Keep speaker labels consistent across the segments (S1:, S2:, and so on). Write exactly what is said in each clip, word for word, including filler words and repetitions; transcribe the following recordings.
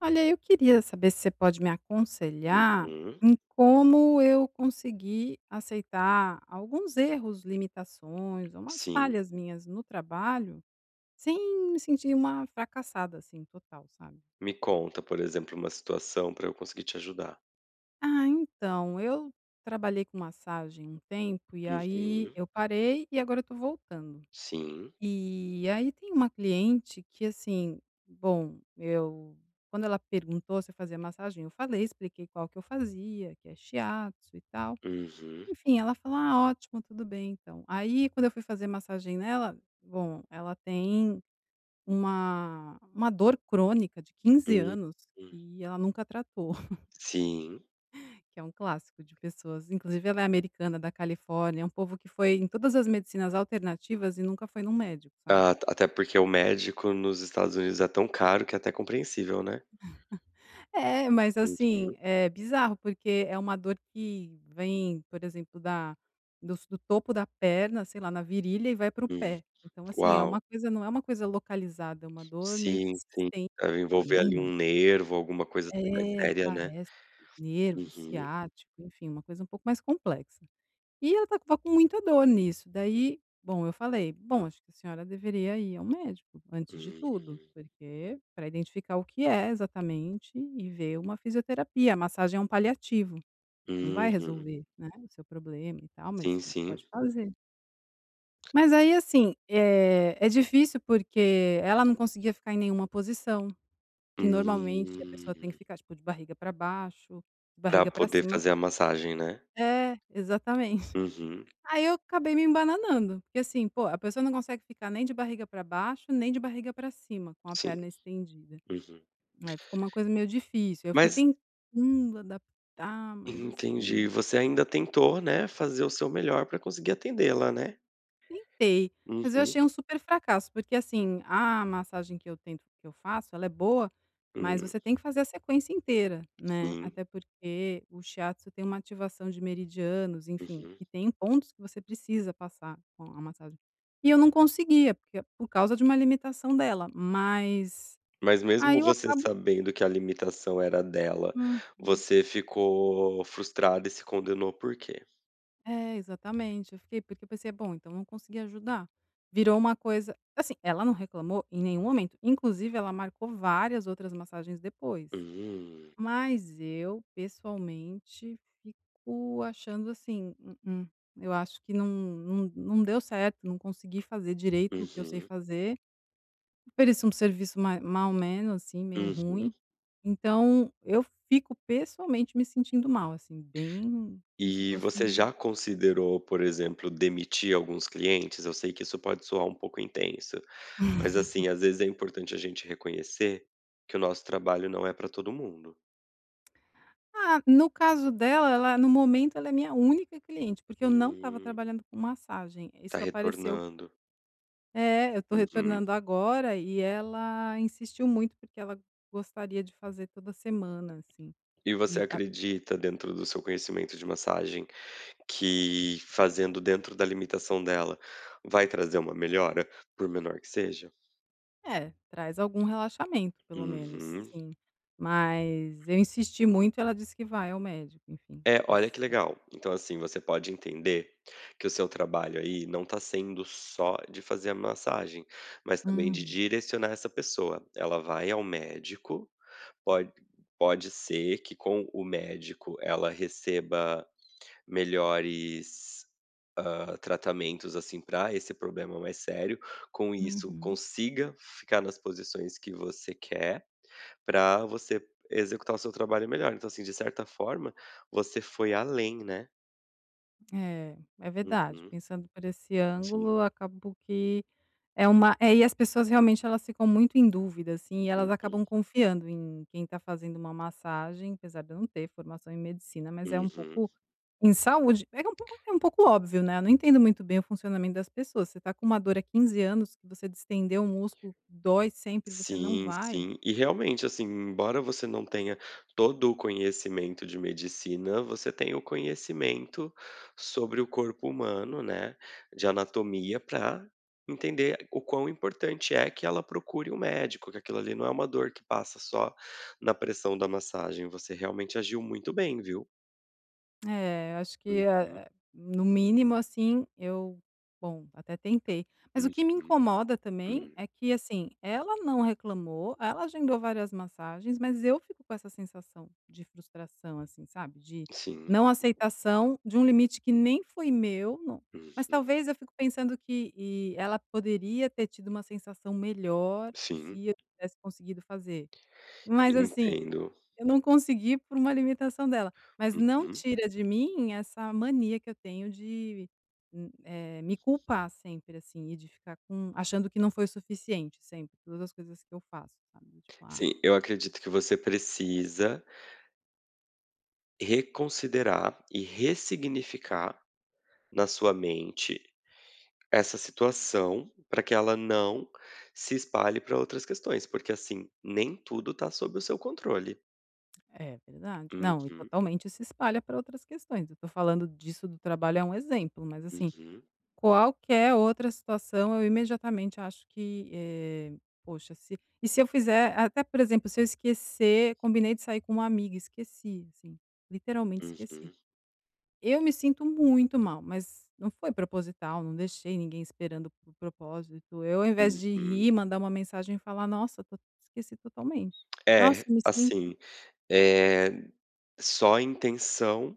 S1: Olha, eu queria saber se você pode me aconselhar
S2: Uhum.
S1: em como eu consegui aceitar alguns erros, limitações, ou umas
S2: Sim.
S1: falhas minhas no trabalho, sem me sentir uma fracassada, assim, total, sabe?
S2: Me conta, por exemplo, uma situação para eu conseguir te ajudar.
S1: Ah, então, eu trabalhei com massagem um tempo e aí
S2: Uhum.
S1: eu parei e agora eu tô voltando.
S2: Sim.
S1: E aí tem uma cliente que assim, bom, eu quando ela perguntou se eu fazia massagem, eu falei, expliquei qual que eu fazia, que é shiatsu e tal.
S2: Uhum.
S1: Enfim, ela falou: "Ah, ótimo, tudo bem então". Aí quando eu fui fazer massagem nela, bom, ela tem uma uma dor crônica de quinze anos
S2: Uhum.
S1: que ela nunca tratou,
S2: Sim.
S1: que é um clássico de pessoas, inclusive ela é americana da Califórnia, é um povo que foi em todas as medicinas alternativas e nunca foi num médico, sabe?
S2: A até porque o médico nos Estados Unidos é tão caro que é até compreensível, né.
S1: É, mas
S2: Uhum.
S1: assim, é bizarro, porque é uma dor que vem, por exemplo, da do do topo da perna, sei lá, na virilha e vai para o
S2: Hum.
S1: pé. Então assim, é
S2: Uau.
S1: uma coisa não é uma coisa localizada, é uma dor meio que
S2: Sim,
S1: se
S2: sim.
S1: estende
S2: Deve envolver ali
S1: caminha.
S2: um nervo, alguma coisa assim mais
S1: É,
S2: séria, né.
S1: parece nervo
S2: Uhum.
S1: ciático, enfim, uma coisa um pouco mais complexa. E ela estava com muita dor nisso, daí, bom, eu falei: "Bom, acho que a senhora deveria ir ao médico, antes de
S2: Uhum.
S1: tudo, porque para identificar o que é exatamente e ver uma fisioterapia, a massagem é um paliativo, não vai
S2: Uhum.
S1: resolver, né, o seu problema e tal, mas
S2: Sim,
S1: a gente
S2: sim.
S1: pode fazer". Mas aí, assim, eh, é difícil porque ela não conseguia ficar em nenhuma posição, que normalmente a pessoa tem que
S2: Hum.
S1: ficar, tipo, de barriga para baixo, de
S2: Pra
S1: barriga para
S2: poder
S1: cima.
S2: fazer a massagem, né.
S1: É, exatamente.
S2: Uhum.
S1: Aí eu acabei me embananando, porque assim, pô, a pessoa não consegue ficar nem de barriga para baixo, nem de barriga para cima, com a
S2: Sim.
S1: perna estendida.
S2: Uhum.
S1: Aí ficou uma coisa meio difícil. Eu fui
S2: Mas
S1: tentando adaptar, mas
S2: entendi,
S1: assim.
S2: você ainda tentou, né, fazer o seu melhor pra conseguir atendê-la, né?
S1: Tentei,
S2: Uhum,
S1: mas eu achei um super fracasso, porque assim, a massagem que eu tento que eu faço, ela é boa, mas
S2: hum,
S1: você tem que fazer a sequência inteira, né,
S2: sim,
S1: até porque o shiatsu tem uma ativação de meridianos, enfim,
S2: uhum.
S1: e tem pontos que você precisa passar com a massagem. E eu não conseguia, porque por causa de uma limitação dela, mas
S2: Mas
S1: aí
S2: mesmo
S1: eu
S2: você
S1: acabo.
S2: sabendo que a limitação era dela,
S1: Uhum.
S2: você ficou frustrada e se condenou por quê?
S1: É, exatamente. Eu fiquei porque eu pensei: "Bom, então não consegui ajudar". Virou uma coisa assim, ela não reclamou em nenhum momento, inclusive ela marcou várias outras massagens depois.
S2: Hum,
S1: Mas eu, pessoalmente, fico achando assim: "Mm-mm, eu acho que não não não deu certo, não consegui fazer direito o que eu sei
S2: uhum,
S1: fazer". Ofereci um serviço ma mal menos, assim, meio
S2: uhum.
S1: ruim. Então eu fico pessoalmente me sentindo mal, assim, bem como se
S2: E
S1: fosse
S2: você
S1: um.
S2: já considerou, por exemplo, demitir alguns clientes? Eu sei que isso pode soar um pouco intenso, mas, assim, às vezes é importante a gente reconhecer que o nosso trabalho não é pra todo mundo.
S1: Ah, no caso dela, ela no momento ela é minha única cliente, porque eu não estava
S2: Hum.
S1: trabalhando com massagem.
S2: Tá
S1: Isso apareceu,
S2: retornando.
S1: é, eu estou
S2: Uhum.
S1: retornando agora e ela insistiu muito porque ela gostaria de fazer toda semana, assim.
S2: E você
S1: E a,
S2: acredita, dentro do seu conhecimento de massagem, que fazendo dentro da limitação dela vai trazer uma melhora, por menor que seja?
S1: é, traz algum relaxamento pelo menos,
S2: Uhum.
S1: sim. Mas eu insisti muito e ela disse que vai ao médico, enfim.
S2: É,
S1: Essa.
S2: olha que legal. Então, assim, você pode entender que o seu trabalho aí não tá sendo só de fazer a massagem, mas também de
S1: Uhum,
S2: direcionar essa pessoa. Ela vai ao médico, pode, pode ser que com o médico ela receba melhores, hã, tratamentos, assim, para esse problema mais sério. Com isso,
S1: uhum.
S2: consiga ficar nas posições que você quer, para você executar o seu trabalho melhor. Então, assim, de certa forma, você foi além, né.
S1: É, é verdade.
S2: Uhum.
S1: Pensando por esse
S2: Sim.
S1: ângulo, acabou que é uma é, e as pessoas realmente elas ficam muito em dúvida, assim, e elas
S2: Uhum.
S1: acabam confiando em quem está fazendo uma massagem, apesar de eu não ter formação em medicina, mas é um
S2: Uhum.
S1: pouco em saúde, é um pouco é um pouco óbvio, né, eu não entendo muito bem o funcionamento das pessoas, você está com uma dor há quinze anos que você distendeu o músculo, dói sempre, você não
S2: Sim,
S1: vai.
S2: sim. E realmente, assim, embora você não tenha todo o conhecimento de medicina, você tem o conhecimento sobre o corpo humano, né, de anatomia, para entender o quão importante é que ela procure um médico, que aquilo ali não é uma dor que passa só na pressão da massagem. Você realmente agiu muito bem, viu.
S1: É, acho que,
S2: Uhum,
S1: ah, no mínimo, assim, eu bom, até tentei. Mas o que me
S2: uhum,
S1: incomoda também
S2: hum.
S1: é que, assim, ela não reclamou, ela agendou várias massagens, mas eu fico com essa sensação de frustração, assim, sabe, de
S2: Sim,
S1: não aceitação de um limite que nem foi meu, não, mas
S2: hum,
S1: talvez eu fico pensando que e ela poderia ter tido uma sensação melhor
S2: sim,
S1: se eu tivesse conseguido fazer. Mas assim
S2: entendo.
S1: eu não consegui por uma limitação dela, mas não
S2: Uhum.
S1: tira de mim essa mania que eu tenho de, hum, eh, me culpar sempre, assim, e de ficar com achando que não foi o suficiente sempre, todas as coisas que eu faço, sabe, tipo: "Ah,
S2: Sim, eu acredito que você precisa reconsiderar e ressignificar na sua mente essa situação, para que ela não se espalhe para outras questões, porque, assim, nem tudo tá sob o seu controle.
S1: é verdade". Não, e
S2: Uhum,
S1: totalmente se espalha para outras questões, eu tô falando disso do trabalho é um exemplo, mas assim,
S2: uhum,
S1: qualquer outra situação, eu imediatamente acho que, eh, poxa, se e se eu fizer até, por exemplo, se eu esquecer combinei de sair com uma amiga, esqueci, assim, literalmente esqueci.
S2: uhum,
S1: Eu me sinto muito mal, mas não foi proposital, não deixei ninguém esperando por propósito. Eu, ao invés de
S2: uhum.
S1: rir, mandar uma mensagem e falar: "Nossa, to esqueci totalmente. Nossa,
S2: É,
S1: eu me sinto".
S2: assim, Eh, só a intenção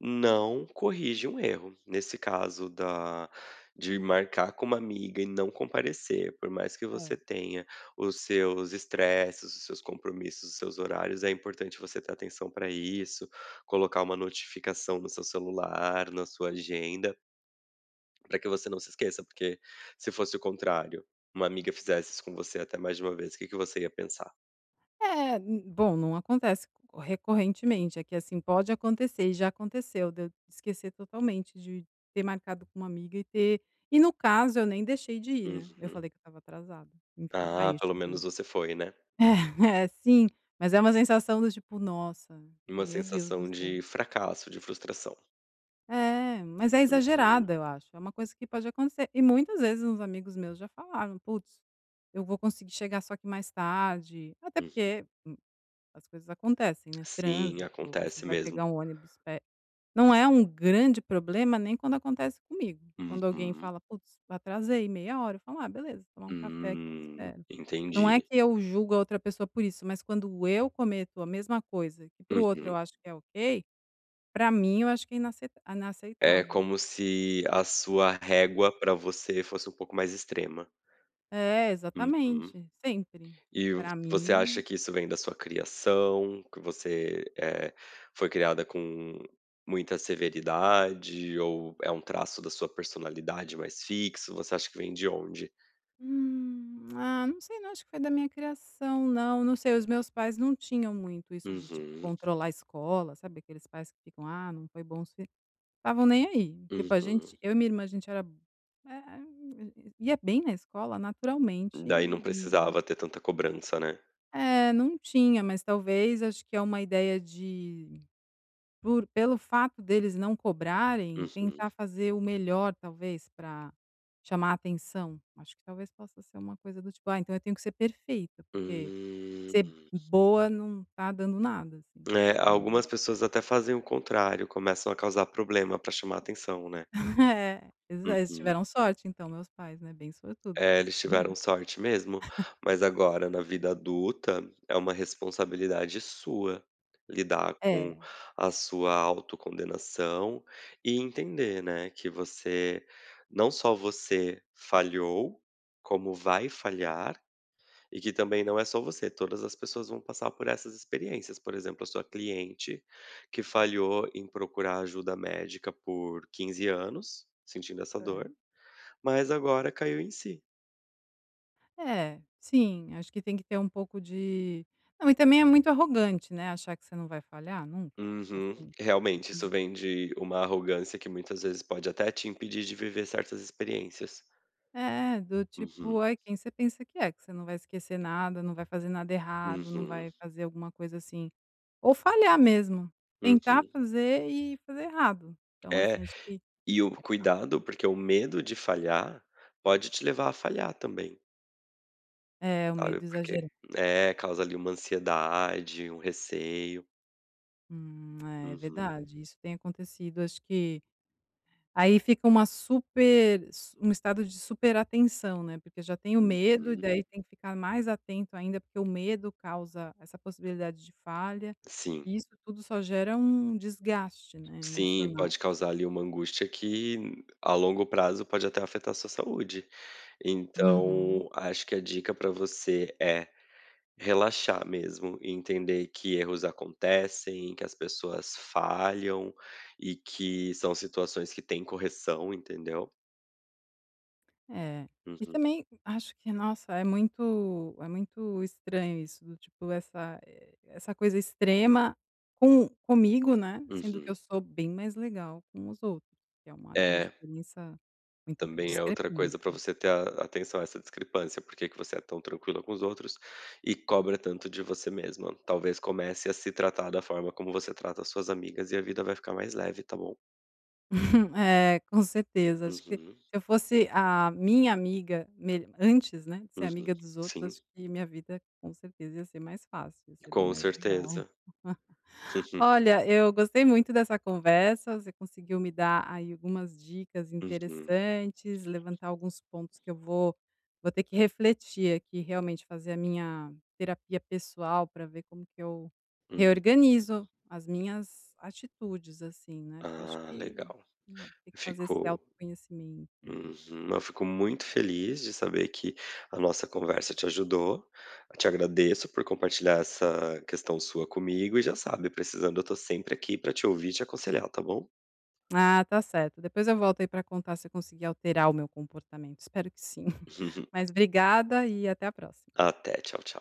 S2: não corrige um erro. Nesse caso da de marcar com uma amiga e não comparecer, por mais que
S1: É.
S2: você tenha os seus estresses, os seus compromissos, os seus horários, é importante você ter atenção para isso, colocar uma notificação no seu celular, na sua agenda, para que você não se esqueça, porque se fosse o contrário, uma amiga fizesse isso com você até mais de uma vez, o que que você ia pensar?
S1: É, n bom, não acontece co- recorrentemente, é que, assim, pode acontecer e já aconteceu de eu esquecer totalmente de ter marcado com uma amiga e ter, e no caso eu nem deixei de ir, né, eu
S2: Uhum.
S1: falei que eu estava atrasada, enfim,
S2: Ah,
S1: aí eu
S2: pelo
S1: cheguei.
S2: menos você foi, né?
S1: É, sim, mas é uma sensação do tipo: "Nossa,
S2: Uma
S1: meu Deus do
S2: sensação
S1: céu".
S2: de fracasso, de frustração.
S1: É, mas é
S2: Uhum,
S1: exagerada, eu acho, é uma coisa que pode acontecer e muitas vezes uns amigos meus já falaram: "Putz, eu vou conseguir chegar só que mais tarde", até
S2: hum.
S1: porque as coisas acontecem, né,
S2: Sim,
S1: trânsito, você
S2: acontece
S1: vai
S2: mesmo.
S1: pegar um ônibus pe não é um grande problema nem quando acontece comigo. Quando alguém
S2: Uhum.
S1: fala: "Putz, atrasei meia hora", eu falo: "Ah, beleza, tomar um café aqui, te
S2: Hum,
S1: espero". Não é que
S2: entendi.
S1: eu julgo a outra pessoa por isso, mas quando eu cometo a mesma coisa que para o outro
S2: Uhum.
S1: eu acho que é ok, para mim eu acho que é inacei
S2: É
S1: inaceitável.
S2: como se a sua régua para você fosse um pouco mais extrema.
S1: É,
S2: Uhum.
S1: exatamente, sempre.
S2: E
S1: Para
S2: você acha
S1: mim.
S2: que isso vem da sua criação, que você, eh, foi criada com muita severidade ou é um traço da sua personalidade mais fixo? Você acha que vem de onde?
S1: Hum, ah, não sei não, acho que foi da minha criação não, não sei, os meus pais não tinham muito isso de, tipo,
S2: Uhum,
S1: controlar a escola, sabe aqueles pais que ficam: "Ah, não foi bom", se estavam nem aí. Tipo, a
S2: uhum.
S1: gente eu e minha irmã, a gente era eh, ia bem na escola naturalmente
S2: Daí não
S1: e
S2: precisava ter tanta cobrança, né.
S1: é, não tinha, mas talvez acho que é uma ideia de por pelo fato deles não cobrarem,
S2: Uhum.
S1: tentar fazer o melhor talvez para chamar atenção. Acho que talvez possa ser uma coisa do tipo: "Ah, então eu tenho que ser perfeita, porque
S2: Hum.
S1: ser boa não tá dando nada", assim.
S2: É,
S1: Hum,
S2: algumas pessoas até fazem o contrário, começam a causar problema para chamar atenção, né.
S1: é, exa eles
S2: Uhum.
S1: tiveram sorte então, meus pais, né, bem sortudos
S2: É,
S1: que
S2: eles tiveram sorte mesmo, mas agora na vida adulta é uma responsabilidade sua lidar com
S1: é,
S2: a sua autocondenação e entender, né, que você não só você falhou, como vai falhar. E que também não é só você, todas as pessoas vão passar por essas experiências. Por exemplo, a sua cliente que falhou em procurar ajuda médica por quinze anos, sentindo essa dor,
S1: é.
S2: mas agora caiu em si.
S1: É, sim, acho que tem que ter um pouco de não, e também é muito arrogante, né, achar que você não vai falhar nunca,
S2: Uhum.
S1: assim.
S2: Realmente, isso vem de uma arrogância que muitas vezes pode até te impedir de viver certas experiências.
S1: É, do
S2: Uhum,
S1: tipo, é quem você pensa que é, que você não vai esquecer nada, não vai fazer nada errado, não
S2: uhum,
S1: vai fazer alguma coisa assim. Ou falhar mesmo, tentar
S2: uhum.
S1: fazer e fazer errado. Então,
S2: É,
S1: assim, acho que
S2: e o cuidado, porque o medo de falhar pode te levar a falhar também.
S1: é o
S2: Sabe,
S1: medo
S2: porque
S1: exagerado.
S2: é, causa ali uma ansiedade, um receio.
S1: Hum, é
S2: Uhum,
S1: verdade, isso tem acontecido. Acho que aí fica uma super um estado de super atenção né, porque já tem o medo e
S2: uhum.
S1: daí tem que ficar mais atento ainda, porque o medo causa essa possibilidade de falha,
S2: Sim,
S1: e isso tudo só gera um desgaste, né,
S2: sim,
S1: emocional.
S2: pode causar ali uma angústia que a longo prazo pode até afetar a sua saúde.
S1: Uhum.
S2: Então, acho que a dica para você é relaxar mesmo e entender que erros acontecem, que as pessoas falham e que são situações que têm correção, entendeu?
S1: É. E
S2: Uhum,
S1: também acho que, nossa, é muito é muito estranho isso do tipo essa, eh, essa coisa extrema com comigo, né, sendo que eu
S2: uhum.
S1: sou bem mais legal com os outros, que é uma uma
S2: É.
S1: diferença muito
S2: Também é outra coisa para
S1: discrepante.
S2: você ter a atenção a essa discrepância, por que que você é tão tranquila com os outros e cobra tanto de você mesma. Talvez comece a se tratar da forma como você trata as suas amigas e a vida vai ficar mais leve, tá bom?
S1: É, com certeza. Acho que se
S2: Uhum,
S1: eu fosse a minha amiga mel antes, né, de ser
S2: uhum.
S1: amiga dos outros,
S2: Sim,
S1: acho que minha vida com certeza ia ser mais fácil, ia ser bem
S2: com
S1: mais legal.
S2: certeza. Uhum,
S1: Olha, eu gostei muito dessa conversa, você conseguiu me dar aí algumas dicas
S2: uhum,
S1: interessantes, levantar alguns pontos que eu vou vou ter que refletir aqui, realmente fazer a minha terapia pessoal para ver como que eu
S2: uhum.
S1: reorganizo as minhas atitudes, assim, né, porque eu acho
S2: Ah,
S1: que,
S2: legal.
S1: né, tem que fazer esse
S2: Ficou...
S1: autoconhecimento, né.
S2: Uhum. Eu fico muito feliz de saber que a nossa conversa te ajudou. Eu te agradeço por compartilhar essa questão sua comigo e já sabe, precisando, eu tô sempre aqui pra te ouvir e te aconselhar, tá bom?
S1: Ah, tá certo, depois eu volto aí para contar se eu consegui alterar o meu comportamento, espero que sim. Mas obrigada e até a próxima.
S2: Até, tchau, tchau.